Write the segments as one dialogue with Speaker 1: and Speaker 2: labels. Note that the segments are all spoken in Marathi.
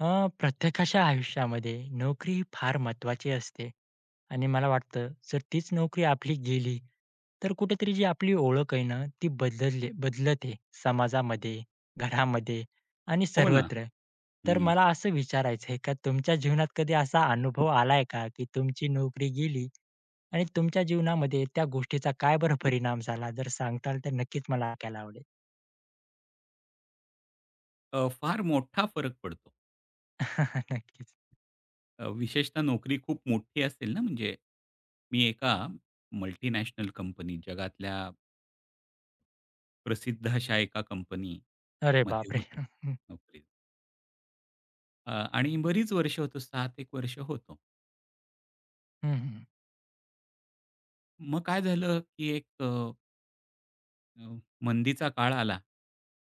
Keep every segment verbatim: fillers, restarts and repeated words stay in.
Speaker 1: अ, प्रत्येकाच्या आयुष्यामध्ये नोकरी ही फार महत्त्वाची असते आणि मला वाटतं जर तीच नोकरी आपली गेली, तर कुठेतरी जी आपली ओळख आहे ना, ती बदलली बदलते समाजामध्ये, घरामध्ये आणि
Speaker 2: हो ना.
Speaker 1: सर्वत्र. तर
Speaker 2: हं.
Speaker 1: मला असं विचारायचं आहे का तुमच्या जीवनात कधी असा अनुभव आलाय का, की तुमची नोकरी गेली आणि तुमच्या जीवनामध्ये त्या गोष्टीचा काय बरं परिणाम झाला? जर सांगताल तर नक्कीच मला ऐकायला आवडेल.
Speaker 2: अ, फार मोठा फरक पडतो.
Speaker 1: नक्कीच.
Speaker 2: अ, विशेषतः नोकरी खूप मोठी असेल ना, म्हणजे मी एका मल्टीनॅशनल कंपनी जगातल्या प्रसिद्ध अशा एका
Speaker 1: अरे
Speaker 2: कंपनीमध्ये
Speaker 1: बापरे!
Speaker 2: होतो
Speaker 1: हं, हं.
Speaker 2: नोकरीत. अ, आणि बरीच वर्ष होतो, सात एक वर्ष होतो.
Speaker 1: हं,
Speaker 2: मग काय झालं, की एक अ, अ, मंदीचा काळ आला.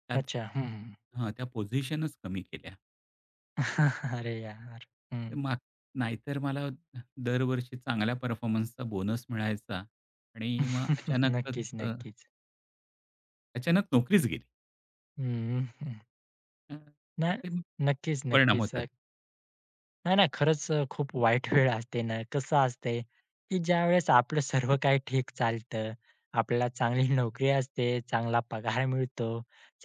Speaker 2: त्यात
Speaker 1: अच्छा. हं,
Speaker 2: हां, त्या पोझिशनच कमी केल्या.
Speaker 1: अरे यार! हं.
Speaker 2: माग नाहीतर मला दरवर्षी चांगल्या परफॉर्मन्सचा बोनस मिळायचा आणि मग अचानकच
Speaker 1: नक्कीच,
Speaker 2: अ,
Speaker 1: नक्कीच.
Speaker 2: अचानक नोकरीच गेली.
Speaker 1: हं, हं.
Speaker 2: अ,
Speaker 1: नाही,
Speaker 2: ते खूप
Speaker 1: नक्कीच,
Speaker 2: परिणाम
Speaker 1: नक्कीच.
Speaker 2: होतात.
Speaker 1: नाही ना, खरंच अ, खूप वाईट वेळ असते ना. कसं असतंय, की ज्यावेळेस आपलं सर्व काही ठीक चालतं, आपल्याला चांगली नोकरी असते, चांगला पगार मिळतो,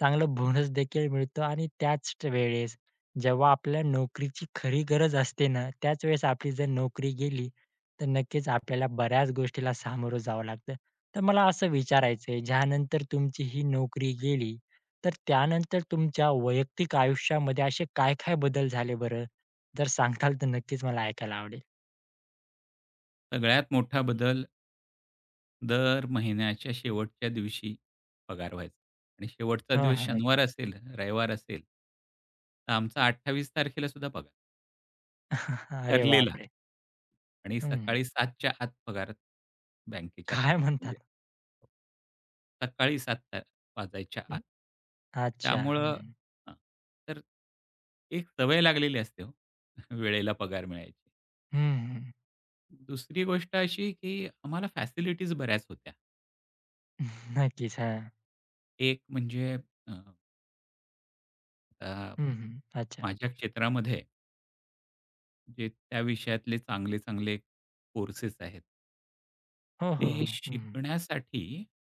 Speaker 1: चांगलं बोनस देखील मिळतो आणि त्याच वेळेस जेव्हा आपल्या नोकरीची खरी गरज असते ना, त्याच वेळेस आपली जर नोकरी गेली, तर नक्कीच आपल्याला बऱ्याच गोष्टीला सामोरं जावं लागतं. तर मला असं विचारायचं ज्यानंतर तुमची ही नोकरी गेली, तर त्यानंतर तुमच्या वैयक्तिक आयुष्यामध्ये असे काय-काय बदल झाले बरं? जर सांगताल तर नक्कीच मला ऐकायला आवडेल.
Speaker 2: सगळ्यात मोठा बदल दर महिन्याच्या शेवटच्या दिवशी पगार व्हायचा आणि शेवटचा
Speaker 1: हां,
Speaker 2: दिवस
Speaker 1: हां. नक्की.
Speaker 2: शनिवार असेल, रविवार असेल, तर आमचा अठ्ठावीस तारखेला सुद्धा पगार
Speaker 1: अरे
Speaker 2: ठरलेला.
Speaker 1: बापरे!
Speaker 2: आणि
Speaker 1: हं.
Speaker 2: सकाळी 7च्या आत पगार बँकेच्या
Speaker 1: काय
Speaker 2: खात्यात
Speaker 1: म्हणतात?
Speaker 2: म्हणजे सकाळी सात ता वाजायच्या आत.
Speaker 1: हं. अच्छा.
Speaker 2: त्यामुळं
Speaker 1: हं.
Speaker 2: हां, तर एक सवय लागलेली असते हो, वेळेला पगार मिळायची.
Speaker 1: हं, हं.
Speaker 2: दुसरी गोष्ट अशी, की आम्हाला फॅसिलिटीज बऱ्याच होत्या.
Speaker 1: नक्कीच. हां.
Speaker 2: एक म्हणजे अ, आता
Speaker 1: हं, हं. अच्छा.
Speaker 2: माझ्या क्षेत्रामध्ये जे त्या विषयातले चांगले-चांगले कोर्सेस आहेत.
Speaker 1: हो, हो,
Speaker 2: ते
Speaker 1: हो. हं, हं.
Speaker 2: शिकण्यासाठी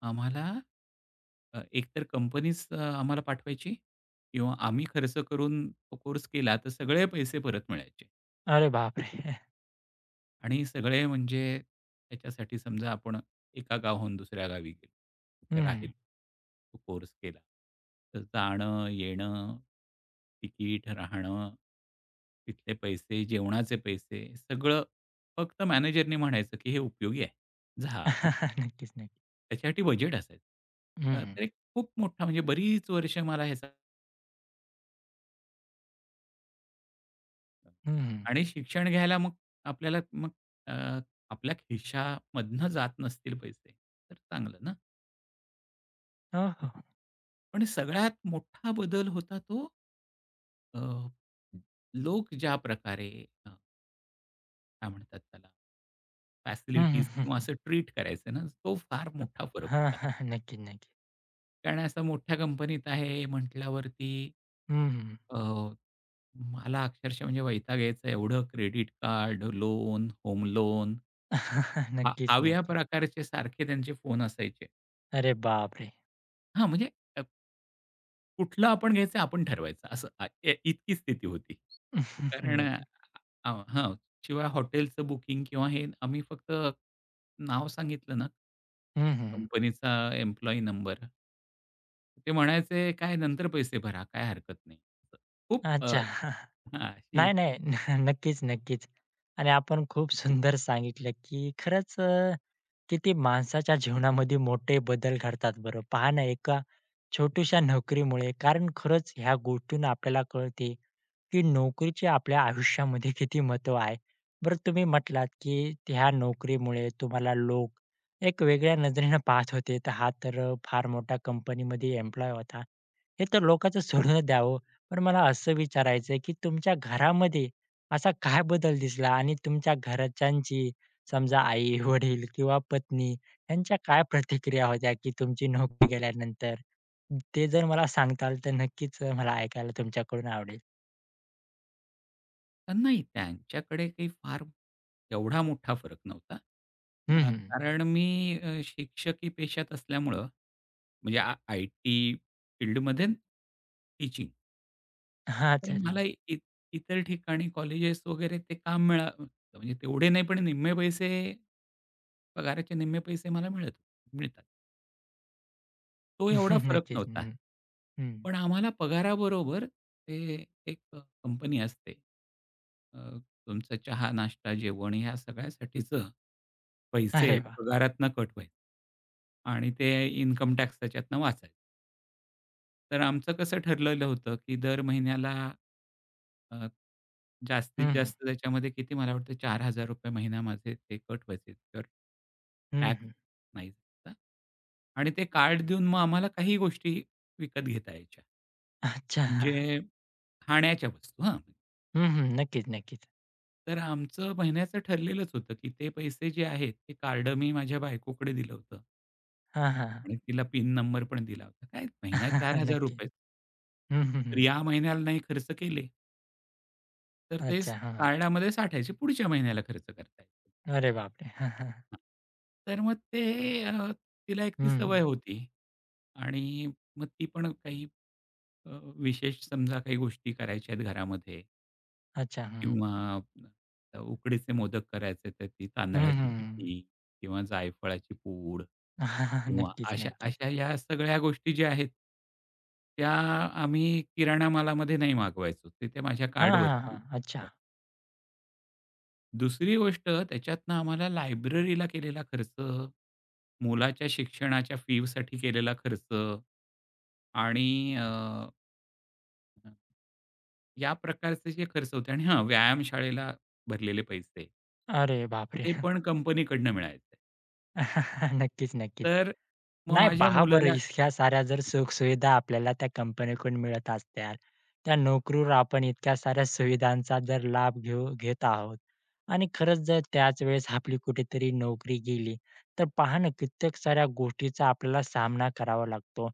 Speaker 2: आम्हाला अ, एकतर कंपनीच अ, आम्हाला पाठवायची किंवा आम्ही खर्च करून तो कोर्स केला तर सगळे पैसे परत मिळायचे
Speaker 1: अरे बापरे!
Speaker 2: आणि सगळे म्हणजे त्याच्यासाठी समजा आपण एका गावाहून दुसऱ्या गावी गेलो,
Speaker 1: हं,
Speaker 2: तिथे
Speaker 1: हं.
Speaker 2: राहिलो, तो कोर्स केला. तर जाणं, येणं, तिकीट, राहणं, तिथले पैसे, जेवणाचे पैसे सगळं फक्त मॅनेजरने म्हणायचं की हे उपयोगी आहे. जा.
Speaker 1: नक्कीच, नक्की.
Speaker 2: त्याच्यासाठी बजेट असायचं.
Speaker 1: हं,
Speaker 2: अ,
Speaker 1: हं.
Speaker 2: तर एक खूप मोठा म्हणजे बरीच वर्ष मला ह्याचा
Speaker 1: हं, हं.
Speaker 2: आणि शिक्षण घ्यायला मग आपल्याला मग अ, आपल्या खिशामधनं जात नसतील पैसे, तर चांगलं ना.
Speaker 1: हो, हो. हो.
Speaker 2: पण सगळ्यात मोठा बदल होता तो अ, लोक ज्या प्रकारे अ, काय म्हणतात त्याला,
Speaker 1: हं, हं,
Speaker 2: फॅसिलिटीज
Speaker 1: हं,
Speaker 2: किंवा
Speaker 1: हं.
Speaker 2: असं ट्रीट करायचे ना, तो फार मोठा फरक
Speaker 1: हां,
Speaker 2: होता.
Speaker 1: हां. नक्कीच, नक्की.
Speaker 2: कारण असं मोठ्या कंपनीत आहे म्हटल्यावरती
Speaker 1: हं, हं.
Speaker 2: अ, मला अक्षरशः म्हणजे वैताग यायचा एवढं credit card, loan, home loan. हा
Speaker 1: नक्कीच,
Speaker 2: हव्या
Speaker 1: नक्कीच.
Speaker 2: प्रकारचे सारखे त्यांचे फोन असायचे.
Speaker 1: अरे बापरे!
Speaker 2: हां, म्हणजे अ, कुठलं आपण घ्यायचं आपण ठरवायचं असं अ, ए इतकी स्थिती होती. कारण अ,
Speaker 1: नक्कीच.
Speaker 2: अ, हां, शिवाय हॉटेलचं बुकिंग किंवा हे आम्ही फक्त नाव सांगितलं ना,
Speaker 1: हं, हं.
Speaker 2: कंपनीचा एम्प्लॉयी नंबर. ते म्हणायचे, "काय नंतर पैसे भरा, काय हरकत नाही." खूप अ,
Speaker 1: अच्छा.
Speaker 2: हां, अशी
Speaker 1: नाही, नाही. नक्कीच, नक्कीच. आणि आपण खूप सुंदर सांगितलं, की खरंच अ, किती माणसाच्या जीवनामध्ये मोठे बदल घडतात बरं. पहा ना, एका छोट्याशा नोकरीमुळे कारण खरंच ह्या गोष्टीनं आपल्याला कळते की नोकरीचे आपल्या आयुष्यामध्ये किती महत्त्व आहे. बरं तुम्ही म्हटलात, की ह्या नोकरीमुळे तुम्हाला लोक एक वेगळ्या नजरेनं पाहत होते, तर हा तर अ, फार मोठ्या कंपनीमध्ये एम्प्लॉय होता. हे तर लोकांचं सोडून द्या हो. पण मला असं विचारायचं आहे, की तुमच्या घरामध्ये असा काय बदल दिसला आणि तुमच्या घरच्यांची समजा आई-वडील किंवा पत्नी यांच्या काय प्रतिक्रिया होत्या, की तुमची नोकरी गेल्यानंतर? ते जर मला सांगताल तर नक्कीच मला ऐकायला तुमच्याकडून आवडेल.
Speaker 2: तर नाही, त्यांच्याकडे काही फार एवढा मोठा फरक नव्हता.
Speaker 1: हं,
Speaker 2: अ,
Speaker 1: हं.
Speaker 2: कारण मी अ, शिक्षकी पेशात असल्यामुळं म्हणजे आ आय-टी फील्डमध्ये टीचिंग. तर
Speaker 1: अच्छा.
Speaker 2: मला
Speaker 1: हं.
Speaker 2: इ इतर ठिकाणी कॉलेजेस वगैरे ते काम मिळा म्हणजे तेवढे नाही, पण निम्मे पैसे पगाराचे निम्मे पैसे मला मिळत मिळतात. तो एवढा फरक
Speaker 1: नक्कीच.
Speaker 2: नव्हता.
Speaker 1: हं, हं.
Speaker 2: पण आम्हाला पगाराबरोबर ते एक कंपनी असते. अ, तुमचा चहा, नाश्ता, जेवण ह्या सगळ्यासाठीचं पैसे
Speaker 1: अरे वाह!
Speaker 2: पगारातनं कट व्हायचे आणि ते इन्कम टॅक्स त्याच्यातनं वाचायचे. तर आमचं कसं ठरलेलं होतं, की दर महिन्याला अ, जास्तीत
Speaker 1: हं, हं.
Speaker 2: जास्त त्याच्यामध्ये किती मला वाटतं ₹चार हजार रुपये महिना माझे ते कट व्हायचे. तर
Speaker 1: हं,
Speaker 2: टॅक्स
Speaker 1: हं.
Speaker 2: नाही द्यायचा आणि ते कार्ड देऊन मग आम्हाला काही गोष्टी विकत घेता यायच्या.
Speaker 1: अच्छा.
Speaker 2: म्हणजे खाण्याच्या वस्तू हां.
Speaker 1: हं, हं. नक्कीच, नक्कीच.
Speaker 2: तर आमचं महिन्याचं ठरलेलंच होतं, की ते पैसे जे आहेत ते कार्ड मी माझ्या बायकोकडे दिलं होतं
Speaker 1: हां, हां,
Speaker 2: आणि तिला पिन नंबर पण दिला होता. काय
Speaker 1: हां.
Speaker 2: महिना
Speaker 1: नक्की.
Speaker 2: ₹चार हजार रुपये.
Speaker 1: हं, हं,
Speaker 2: तर
Speaker 1: हं.
Speaker 2: या महिन्याला नाही खर्च केले तर ते
Speaker 1: अच्छा.
Speaker 2: स-
Speaker 1: हां,
Speaker 2: कार्डामध्ये साठायचे पुढच्या महिन्याला खर्च करता येतील.
Speaker 1: अरे बापरे! हां, हां.
Speaker 2: हां. तर मग ते अ, तिला एक ती
Speaker 1: हं.
Speaker 2: सवय होती आणि मग ती पण काही अ, विशेष समजा काही गोष्टी करायच्या आहेत घरामध्ये
Speaker 1: अच्छा. हं.
Speaker 2: किंवा अ, उकडीचे मोदक करायचे तर ती
Speaker 1: हं,
Speaker 2: तांदळाची
Speaker 1: हं.
Speaker 2: पिठी किंवा जायफळाची पूड किंवा
Speaker 1: नक्कीच,
Speaker 2: अशा
Speaker 1: नक्कीच.
Speaker 2: अशा या सगळ्या गोष्टी ज्या आहेत, त्या आम्ही किराणा मालामध्ये नाही मागवायचो. ते त्या माझ्या
Speaker 1: हां, हां,
Speaker 2: कार्डवरती
Speaker 1: हां. अच्छा.
Speaker 2: दुसरी गोष्ट त्याच्यातनं आम्हाला लायब्ररीला केलेला खर्च, मुलाच्या शिक्षणाच्या फीसाठी केलेला खर्च आणि अ, अ, या प्रकारचे जे खर्च होते आणि हां, व्यायामशाळेला भरलेले पैसे.
Speaker 1: अरे बापरे!
Speaker 2: ते पण कंपनीकडनं मिळायचे.
Speaker 1: नक्कीच, नक्कीच.
Speaker 2: तर मग
Speaker 1: नाही
Speaker 2: माझ्या
Speaker 1: पहा बरं,
Speaker 2: मुलाला
Speaker 1: इतक्या साऱ्या जर सुखसुविधा आपल्याला त्या कंपनीकडून मिळत असत्याल, त्या नोकरीवर आपण इतक्या साऱ्या सुविधांचा जर लाभ घेऊ घेत आहोत आणि खरंच जर त्याच वेळेस आपली कुठेतरी नोकरी गेली, तर पहा ना कित्येक साऱ्या गोष्टीचा आपल्याला सामना करावा लागतो.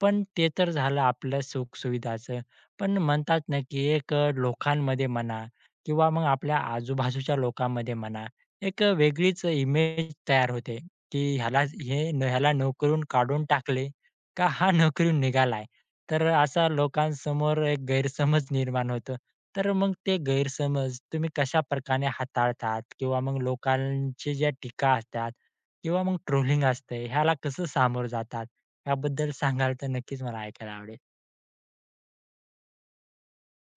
Speaker 1: पण ते तर झालं आपलं सुखसुविधाचं. पण म्हणतात ना, की एक अ, लोकांमध्ये म्हणा किंवा मग आपल्या आजूबाजूच्या लोकांमध्ये म्हणा, एक वेगळीच इमेज तयार होते. की ह्याला हे न- ह्याला नोकरून काढून टाकले का हा नोकरीहून निघालाय. तर असा लोकांसमोर एक गैरसमज निर्माण होतो. तर मग ते गैरसमज तुम्ही कशाप्रकारे हाताळतात? किंवा मग लोकांची ज्या टीका असतात किंवा मग ट्रोलिंग असते ह्याला कसं सामोरं जातात? याबद्दल सांगाल तर नक्कीच मला ऐकायला आवडेल.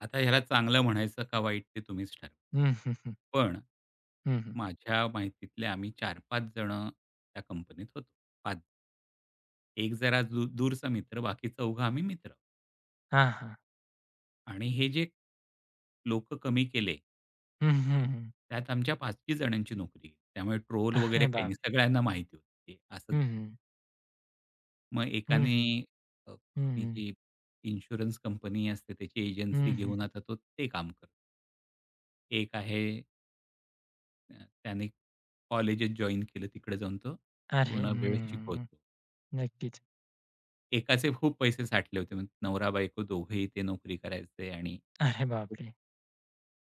Speaker 2: आता ह्याला चांगलं म्हणायचं का वाईट ते तुम्हीच ठरवा.
Speaker 1: हं, हं, हं.
Speaker 2: पण
Speaker 1: हं, हं.
Speaker 2: माझ्या माहितीतले आम्ही चार पाच जण त्या कंपनीत होतो. पाच एक जरा दू दूरचा मित्र, बाकी चौघं आम्ही मित्र.
Speaker 1: हां, हां.
Speaker 2: आणि हे जे लोक कमी केले,
Speaker 1: हं, हं, हं.
Speaker 2: त्यात आमच्या पाच सहा जणांची नोकरी गेली. त्यामुळे ट्रोल वगैरे
Speaker 1: अरे
Speaker 2: काही नाही.
Speaker 1: बापरे!
Speaker 2: सगळ्यांना माहिती होती. हे असंच.
Speaker 1: हं, हं.
Speaker 2: मग
Speaker 1: हं,
Speaker 2: एकाने
Speaker 1: हं.
Speaker 2: अ,
Speaker 1: हं,
Speaker 2: ती
Speaker 1: हं.
Speaker 2: जी इन्शुरन्स कंपनी असते त्याची एजन्सी
Speaker 1: हं,
Speaker 2: घेऊन आता तो ते काम करतो. एक आहे, अ, त्याने कॉलेजेस जॉइन केलं. तिकडे जाऊन तो
Speaker 1: अरे!
Speaker 2: पूर्ण वेळ
Speaker 1: हं,
Speaker 2: शिकवतो.
Speaker 1: नक्कीच.
Speaker 2: एकाचे खूप पैसे साठले होते. मग नवरा-बायको दोघेही ते नोकरी करायचे आणि
Speaker 1: अरे बापरे!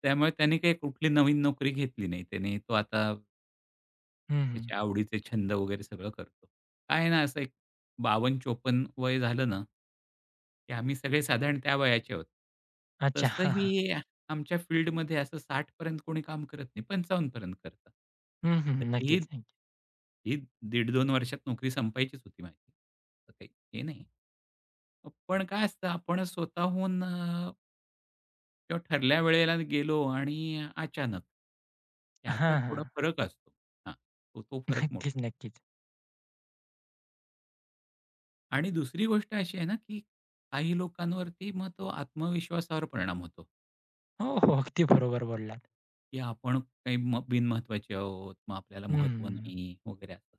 Speaker 2: त्यामुळे त्याने काही कुठली नवीन नोकरी घेतली नाही. त्याने तो आता
Speaker 1: हं, हं.
Speaker 2: त्याच्या आवडीचे छंद वगैरे सगळं करतो. काय आहे ना, असं एक बावन्न चौपन्न वय झालं ना, की आम्ही सगळे साधारण त्या वयाचे आहोत.
Speaker 1: अच्छा. हां, हां.
Speaker 2: तसंही आमच्या फील्डमध्ये असं साठ पर्यंत कोणी काम करत नाही, पंचावन्न पर्यंत करतं.
Speaker 1: हं, हं.
Speaker 2: तर ही
Speaker 1: नक्कीच, नक्कीच.
Speaker 2: ही दीड-दोन वर्षात नोकरी संपायचीच होती माझी. तर काही हे नाही. पण काय असतं आपण स्वतःहून अ, किंवा ठरल्या वेळेला गेलो आणि अचानक, याचा
Speaker 1: हां,
Speaker 2: थोडा
Speaker 1: हां.
Speaker 2: फरक असतो. हां, तो तो फरक
Speaker 1: नक्कीच,
Speaker 2: मोठा.
Speaker 1: नक्कीच.
Speaker 2: आणि दुसरी गोष्ट अशी आहे ना, की काही लोकांवरती मग तो आत्मविश्वासावर परिणाम होतो,
Speaker 1: हो, हो. अगदी बरोबर बोललात.
Speaker 2: की आपण काही म बिनमहत्त्वाचे आहोत, मग आपल्याला
Speaker 1: हं,
Speaker 2: महत्त्व
Speaker 1: हं.
Speaker 2: नाही वगैरे असं.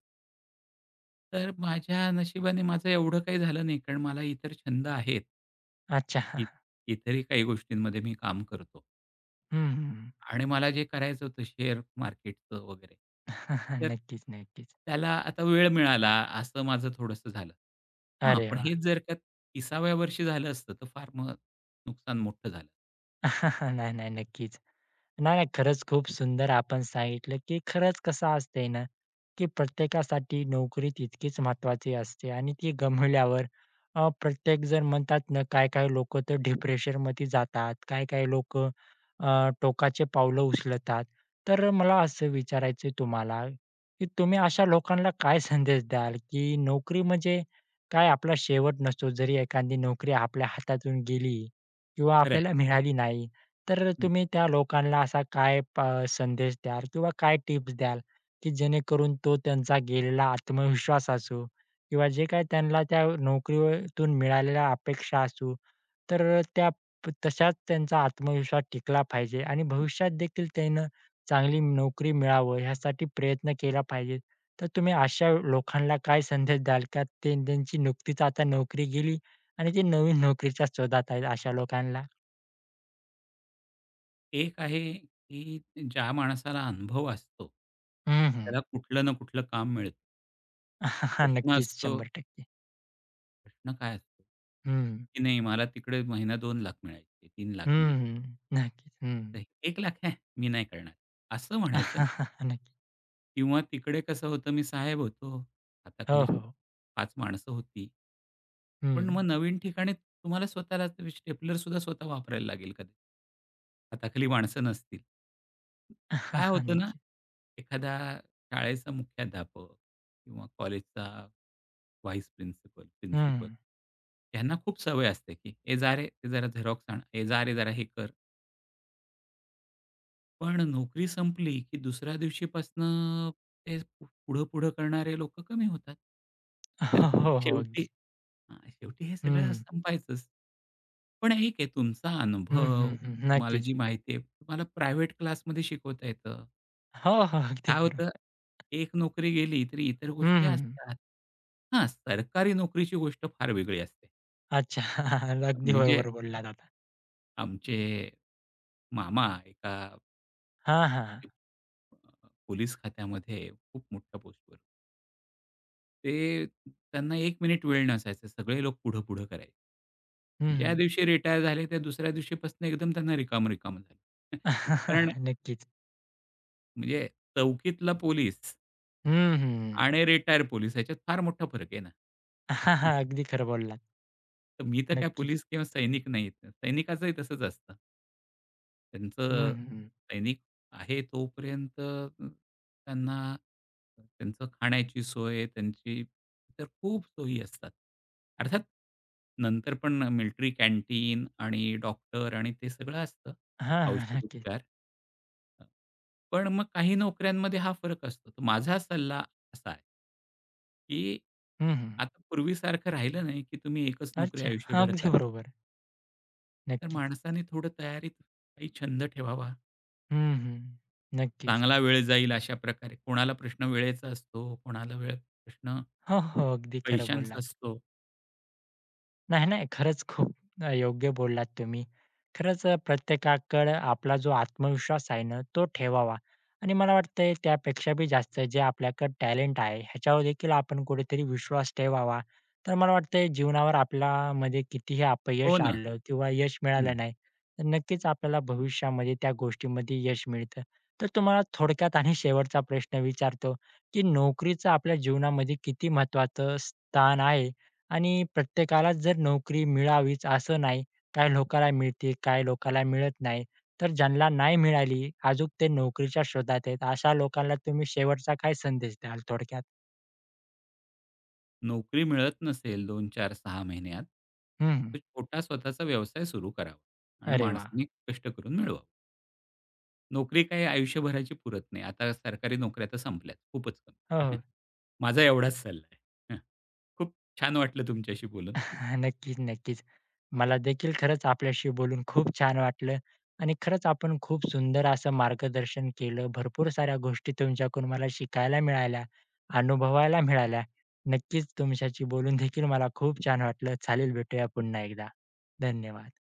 Speaker 2: तर माझ्या नशिबाने माझं एवढं काही झालं नाही, कारण मला इतर छंद आहेत.
Speaker 1: अच्छा.
Speaker 2: इ इतरही काही गोष्टींमध्ये मी काम करतो.
Speaker 1: हं, हं.
Speaker 2: आणि मला जे करायचं होतं शेअर मार्केटचं वगैरे, तर
Speaker 1: नक्कीच, नक्कीच.
Speaker 2: त्याला आता वेळ मिळाला असं माझं थोडंसं झालं. हां,
Speaker 1: अरे
Speaker 2: पण
Speaker 1: वाह!
Speaker 2: हेच जर का तिसाव्या वर्षी झालं असतं तर फार मग नुकसान मोठं झालं.
Speaker 1: नाही, नाही. नक्कीच. नाही, नाही. खरंच खूप सुंदर आपण सांगितलं, की खरंच कसं असतंय ना, की प्रत्येकासाठी नोकरी तितकीच महत्त्वाची असते आणि ती गमावल्यावर अ, प्रत्येकजण म्हणतात ना, काही-काही लोकं तर डिप्रेशनमध्ये जातात, काही-काही लोकं टोकाचे पावलं उचलतात. तर मला असं विचारायचं तुम्हाला, की तुम्ही अशा लोकांना काय संदेश द्याल, की नोकरी म्हणजे काय आपला शेवट नसतो. जरी एखादी नोकरी आपल्या हातातून गेली किंवा
Speaker 2: खरं आहे.
Speaker 1: आपल्याला मिळाली नाही, तर
Speaker 2: हं.
Speaker 1: तुम्ही त्या लोकांना असा काय प संदेश द्याल किंवा काय टिप्स द्याल, की जेणेकरून तो त्यांचा गेलेला आत्मविश्वास असू किंवा जे काही त्यांना त्या नोकरीतून मिळालेल्या अपेक्षा असू, तर त्या प- तशाच त्यांचा आत्मविश्वास टिकला पाहिजे आणि भविष्यात देखील त्यानं चांगली नोकरी मिळावं ह्यासाठी प्रयत्न केला पाहिजे. तर तुम्ही अशा लोकांना काय संदेश द्याल का ते त्यांची नुकतीच आता नोकरी गेली आणि ते नवीन नोकरीच्या शोधात आहेत अशा लोकांना?
Speaker 2: एक आहे, की ज्या माणसाला अनुभव असतो,
Speaker 1: हं, हं.
Speaker 2: त्याला कुठलं ना कुठलं काम मिळतं. प्रश्न. प्रश्न
Speaker 1: नक्कीच,
Speaker 2: असतो,
Speaker 1: शंभर टक्के
Speaker 2: प्रश्न काय असतो,
Speaker 1: हं.
Speaker 2: की नाही मला तिकडे महिना दोन लाख मिळायचे, तीन लाख मिळायचे.
Speaker 1: हं, नक्कीच. हं.
Speaker 2: तर एक लाख आहे, मी नाही करणार असं म्हणायचं नाही.
Speaker 1: नक्की.
Speaker 2: किंवा तिकडे कसं होतं मी साहेब होतो.
Speaker 1: हो,
Speaker 2: हाताखाली
Speaker 1: हो.
Speaker 2: पाच माणसं होती. पण मग
Speaker 1: हं.
Speaker 2: नवीन ठिकाणी तुम्हाला स्वतःला स्टेपलर सुद्धा स्वतः वापरायला लागेल कधी. हाताखाली माणसं नसतील. काय होतं ना,
Speaker 1: नक्की.
Speaker 2: एखादा शाळेचा मुख्याध्यापक किंवा कॉलेजचा व्हाईस प्रिन्सिपल, प्रिन्सिपल
Speaker 1: हं.
Speaker 2: यांना खूप सवय असते, की "ए जा रे, ते जरा झेरॉक्स आण. ए जा रे, जरा हे कर." पण नोकरी संपली, की दुसऱ्या दिवशीपासनं ते पुढं-पुढं करणारे लोक कमी होतात.
Speaker 1: हो,
Speaker 2: तर
Speaker 1: हो, हो.
Speaker 2: शेवटी
Speaker 1: अगदी.
Speaker 2: हां, शेवटी हे सगळं
Speaker 1: हं.
Speaker 2: संपायचंच. पण एक आहे तुमचा
Speaker 1: हं,
Speaker 2: अनुभव,
Speaker 1: हं, हं.
Speaker 2: तुम्हाला
Speaker 1: नक्कीच.
Speaker 2: जी माहिती आहे, तुम्हाला प्रायव्हेट क्लासमध्ये शिकवता येतं.
Speaker 1: हो, हो. अगदी
Speaker 2: काय होतं,
Speaker 1: बरोबर.
Speaker 2: एक नोकरी गेली तरी इतर गोष्टी
Speaker 1: हं,
Speaker 2: असतात. हां, सरकारी नोकरीची गोष्ट फार वेगळी असते.
Speaker 1: अच्छा. अगदी
Speaker 2: म्हणजे
Speaker 1: बरोबर बोललात आता.
Speaker 2: आमचे मामा एका
Speaker 1: हां, हां.
Speaker 2: अ, पोलीस खात्यामध्ये खूप मोठ्या पोस्टवर ते त्यांना एक मिनिट वेळ नसायचा. सगळे लोक पुढं-पुढं करायचे. ज्या
Speaker 1: हं.
Speaker 2: दिवशी रिटायर झाले त्या दुसऱ्या दिवशीपासून एकदम त्यांना रिकाम रिकाम झालं. कारण
Speaker 1: नक्कीच.
Speaker 2: म्हणजे चौकीतला पोलीस
Speaker 1: हं, हं.
Speaker 2: आणि रिटायर पोलीस ह्याच्यात फार मोठा फरक आहे ना.
Speaker 1: अगदी खरं बोललात.
Speaker 2: तर मी तर काय
Speaker 1: नक्कीच.
Speaker 2: पोलीस किंवा सैनिक नाही. सैनिकाचंही तसंच असतं.
Speaker 1: हं,
Speaker 2: त्यांचं
Speaker 1: हं.
Speaker 2: सैनिक आहे तोपर्यंत अ, त्यांना त्यांचं खाण्याची सोय, त्यांची इतर खूप सोयी असतात. अर्थात नंतर पण मिलिटरी कॅन्टीन आणि डॉक्टर आणि ते सगळं असतं,
Speaker 1: हां, हां. नक्कीच.
Speaker 2: औषधोपचार. अ, पण मग काही नोकऱ्यांमध्ये हा फरक असतो. तर माझा सल्ला असा आहे, की
Speaker 1: हं, हं.
Speaker 2: आता पूर्वीसारखं राहिलं नाही, की तुम्ही एकच नोकरी
Speaker 1: अच्छा.
Speaker 2: आयुष्यभर करा.
Speaker 1: अगदी बरोबर.
Speaker 2: तर
Speaker 1: नक्कीच.
Speaker 2: माणसाने थोडं तयारीत काही छंद ठेवावा.
Speaker 1: हं, हं. नक्कीच.
Speaker 2: चांगला वेळ जाईल अशा प्रकारे. कोणाला प्रश्न वेळेचा असतो, कोणाला वेळ प्रश्न
Speaker 1: हो, हो. अगदी खरं
Speaker 2: पैशांचा
Speaker 1: बोलला.
Speaker 2: असतो.
Speaker 1: नाही, नाही. खरंच खूप अ, योग्य बोललात तुम्ही. खरंच अ, प्रत्येकाकडे आपला जो आत्मविश्वास आहे ना, तो ठेवावा आणि मला वाटतंय त्यापेक्षा बी जास्त जे आपल्याकडे टॅलेंट आहे, ह्याच्यावर देखील आपण कुठेतरी विश्वास ठेवावा. तर मला वाटतंय जीवनावर आपल्यामध्ये कितीही
Speaker 2: हो
Speaker 1: अपयश
Speaker 2: ना.
Speaker 1: आलं किंवा यश
Speaker 2: हं.
Speaker 1: मिळालं नाही, तर नक्कीच आपल्याला भविष्यामध्ये त्या गोष्टीमध्ये यश मिळतं. तर तुम्हाला थोडक्यात आणि शेवटचा प्रश्न विचारतो, की नोकरीचं आपल्या जीवनामध्ये किती महत्त्वाचं स्थान आहे आणि प्रत्येकालाच जर नोकरी मिळावीच असं नाही. काही लोकाला मिळते, काही लोकाला मिळत नाही. तर ज्यांना नाही मिळाली, अजून ते नोकरीच्या शोधात आहेत, अशा लोकांना तुम्ही शेवटचा काय संदेश द्याल थोडक्यात?
Speaker 2: नोकरी मिळत नसेल दोन, चार, सहा महिन्यात,
Speaker 1: हं, हं.
Speaker 2: तर छोटा स्वतःचा व्यवसाय सुरू करावा आणि
Speaker 1: अरे वाह!
Speaker 2: माणसाने कष्ट करून मिळवावा. नोकरी काय आयुष्यभराची पुरत नाही. आता सरकारी नोकऱ्या तर संपल्यात. खूपच कमी.
Speaker 1: हो, हो.
Speaker 2: माझा एवढाच सल्ला आहे. हं. खूप छान वाटलं तुमच्याशी बोलून.
Speaker 1: नक्कीच, नक्कीच. मला देखील खरंच आपल्याशी बोलून खूप छान वाटलं आणि खरंच आपण खूप सुंदर असं मार्गदर्शन केलं. भरपूर साऱ्या गोष्टी तुमच्याकडून मला शिकायला मिळाल्या, अनुभवायला मिळाल्या. नक्कीच तुमच्याशी बोलून देखील मला खूप छान वाटलं. चालेल, भेटूया पुन्हा एकदा. धन्यवाद.